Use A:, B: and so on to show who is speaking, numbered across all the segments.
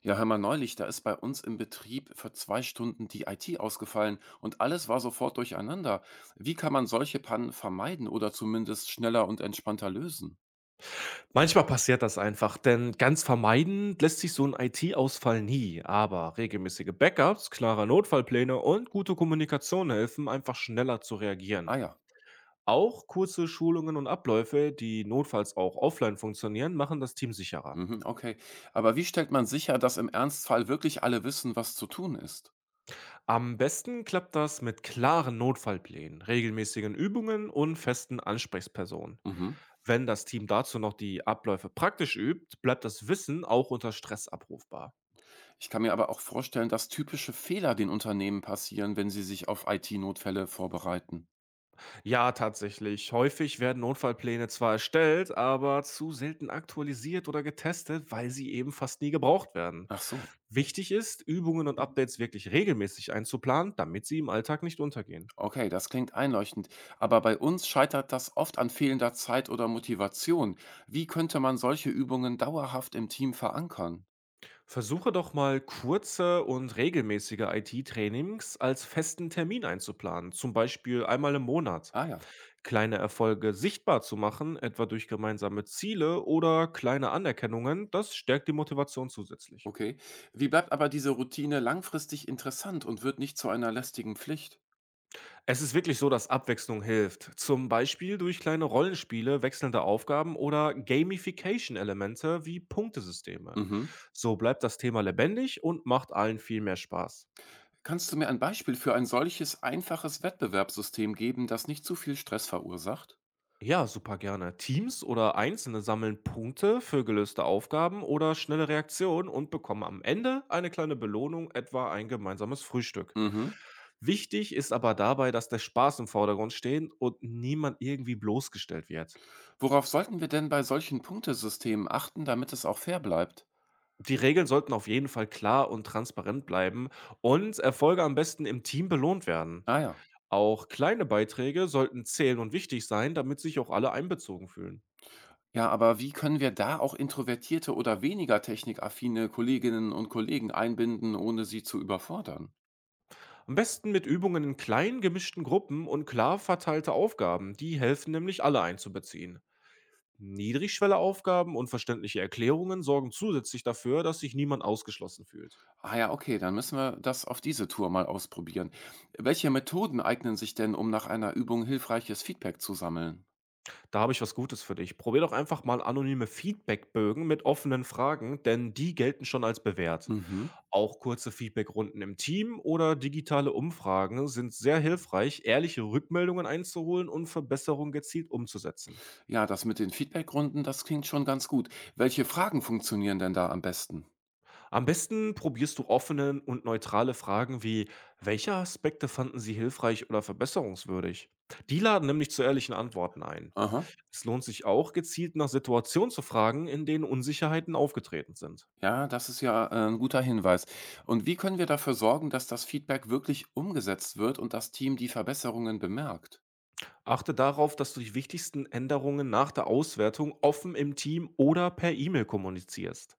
A: Ja, hör mal, neulich, da ist bei uns im Betrieb für 2 Stunden die IT ausgefallen und alles war sofort durcheinander. Wie kann man solche Pannen vermeiden oder zumindest schneller und entspannter lösen?
B: Manchmal passiert das einfach, denn ganz vermeiden lässt sich so 'n IT-Ausfall nie, aber regelmäßige Backups, klare Notfallpläne und gute Kommunikation helfen, einfach schneller zu
A: Ah
B: reagieren.
A: ja,
B: Auch kurze Schulungen und Abläufe, die notfalls auch offline funktionieren, machen das Team sicherer.
A: mhm, okay. Aber wie stellt man sicher, dass im Ernstfall wirklich alle wissen, was zu tun ist?
B: Am besten klappt das mit klaren Notfallplänen, regelmäßigen Übungen und festen Ansprechpersonen.
A: Mhm.
B: Wenn das Team dazu noch die Abläufe praktisch übt, bleibt das Wissen auch unter Stress abrufbar.
A: Ich kann mir aber auch vorstellen, dass typische Fehler den Unternehmen passieren, wenn sie sich auf IT-Notfälle vorbereiten.
B: Ja, tatsächlich. Häufig werden Notfallpläne zwar erstellt, aber zu selten aktualisiert oder getestet, weil sie eben fast nie gebraucht werden.
A: Ach so.
B: Wichtig ist, Übungen und Updates wirklich regelmäßig einzuplanen, damit sie im Alltag nicht untergehen.
A: Okay, das klingt einleuchtend. Aber bei uns scheitert das oft an fehlender Zeit oder Motivation. Wie könnte man solche Übungen dauerhaft im Team verankern?
B: Versuche doch mal kurze und regelmäßige IT-Trainings als festen Termin einzuplanen, zum Beispiel einmal im Monat.
A: Ah ja,
B: Kleine Erfolge sichtbar zu machen, etwa durch gemeinsame Ziele oder kleine Anerkennungen, das stärkt die Motivation zusätzlich.
A: okay. Wie bleibt aber diese Routine langfristig interessant und wird nicht zu einer lästigen Pflicht?
B: Es ist wirklich so, dass Abwechslung hilft. Zum Beispiel durch kleine Rollenspiele, wechselnde Aufgaben oder Gamification-Elemente wie Punktesysteme.
A: Mhm.
B: So bleibt das Thema lebendig und macht allen viel mehr Spaß.
A: Kannst du mir ein Beispiel für ein solches einfaches Wettbewerbssystem geben, das nicht zu viel Stress verursacht?
B: Ja, super gerne. Teams oder Einzelne sammeln Punkte für gelöste Aufgaben oder schnelle Reaktionen und bekommen am Ende eine kleine Belohnung, etwa ein gemeinsames Frühstück.
A: Mhm.
B: Wichtig ist aber dabei, dass der Spaß im Vordergrund steht und niemand irgendwie bloßgestellt wird.
A: Worauf sollten wir denn bei solchen Punktesystemen achten, damit es auch fair bleibt?
B: Die Regeln sollten auf jeden Fall klar und transparent bleiben und Erfolge am besten im Team belohnt werden.
A: Ah ja.
B: Auch kleine Beiträge sollten zählen und wichtig sein, damit sich auch alle einbezogen fühlen.
A: Ja, aber wie können wir da auch introvertierte oder weniger technikaffine Kolleginnen und Kollegen einbinden, ohne sie zu überfordern?
B: Am besten mit Übungen in kleinen gemischten Gruppen und klar verteilte Aufgaben, die helfen nämlich alle einzubeziehen. Niedrigschwelle Aufgaben und verständliche Erklärungen sorgen zusätzlich dafür, dass sich niemand ausgeschlossen fühlt.
A: Ah ja, okay, dann müssen wir das auf diese Tour mal ausprobieren. Welche Methoden eignen sich denn, um nach einer Übung hilfreiches Feedback zu sammeln?
B: Da habe ich was Gutes für dich. Probier doch einfach mal anonyme Feedbackbögen mit offenen Fragen, denn die gelten schon als bewährt.
A: Mhm.
B: Auch kurze Feedbackrunden im Team oder digitale Umfragen sind sehr hilfreich, ehrliche Rückmeldungen einzuholen und Verbesserungen gezielt umzusetzen.
A: Ja, das mit den Feedbackrunden, das klingt schon ganz gut. Welche Fragen funktionieren denn da am besten?
B: Am besten probierst du offene und neutrale Fragen wie, welche Aspekte fanden Sie hilfreich oder verbesserungswürdig? Die laden nämlich zu ehrlichen Antworten ein.
A: Aha.
B: Es lohnt sich auch, gezielt nach Situationen zu fragen, in denen Unsicherheiten aufgetreten sind.
A: Ja, das ist ja ein guter Hinweis. Und wie können wir dafür sorgen, dass das Feedback wirklich umgesetzt wird und das Team die Verbesserungen bemerkt?
B: Achte darauf, dass du die wichtigsten Änderungen nach der Auswertung offen im Team oder per E-Mail kommunizierst.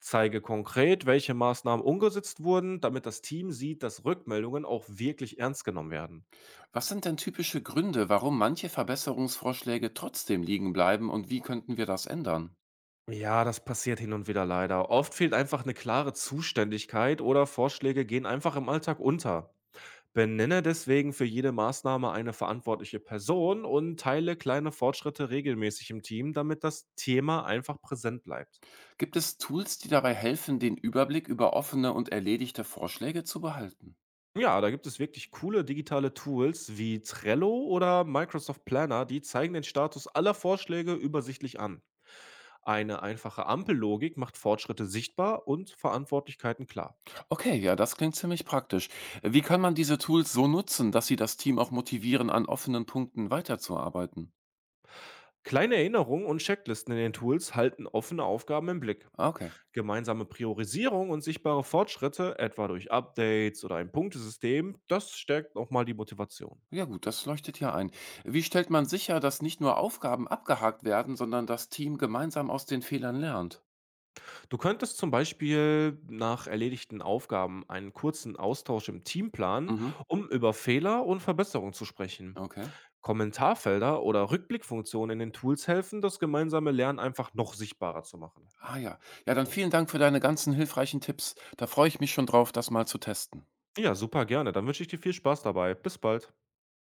B: Zeige konkret, welche Maßnahmen umgesetzt wurden, damit das Team sieht, dass Rückmeldungen auch wirklich ernst genommen werden.
A: Was sind denn typische Gründe, warum manche Verbesserungsvorschläge trotzdem liegen bleiben und wie könnten wir das ändern?
B: Ja, das passiert hin und wieder leider. Oft fehlt einfach eine klare Zuständigkeit oder Vorschläge gehen einfach im Alltag unter. Benenne deswegen für jede Maßnahme eine verantwortliche Person und teile kleine Fortschritte regelmäßig im Team, damit das Thema einfach präsent bleibt.
A: Gibt es Tools, die dabei helfen, den Überblick über offene und erledigte Vorschläge zu behalten?
B: Ja, da gibt es wirklich coole digitale Tools wie Trello oder Microsoft Planner, die zeigen den Status aller Vorschläge übersichtlich an. Eine einfache Ampellogik macht Fortschritte sichtbar und Verantwortlichkeiten klar.
A: Okay, ja, das klingt ziemlich praktisch. Wie kann man diese Tools so nutzen, dass sie das Team auch motivieren, an offenen Punkten weiterzuarbeiten?
B: Kleine Erinnerungen und Checklisten in den Tools halten offene Aufgaben im Blick.
A: Ah, okay.
B: Gemeinsame Priorisierung und sichtbare Fortschritte, etwa durch Updates oder ein Punktesystem, das stärkt nochmal die Motivation.
A: Ja gut, das leuchtet ja ein. Wie stellt man sicher, dass nicht nur Aufgaben abgehakt werden, sondern das Team gemeinsam aus den Fehlern lernt?
B: Du könntest zum Beispiel nach erledigten Aufgaben einen kurzen Austausch im Team planen,
A: Mhm.
B: um über Fehler und Verbesserungen zu sprechen.
A: Okay.
B: Kommentarfelder oder Rückblickfunktionen in den Tools helfen, das gemeinsame Lernen einfach noch sichtbarer zu machen.
A: Ah ja. Ja, dann vielen Dank für deine ganzen hilfreichen Tipps. Da freue ich mich schon drauf, das mal zu testen.
B: Ja, super gerne. Dann wünsche ich dir viel Spaß dabei. Bis bald.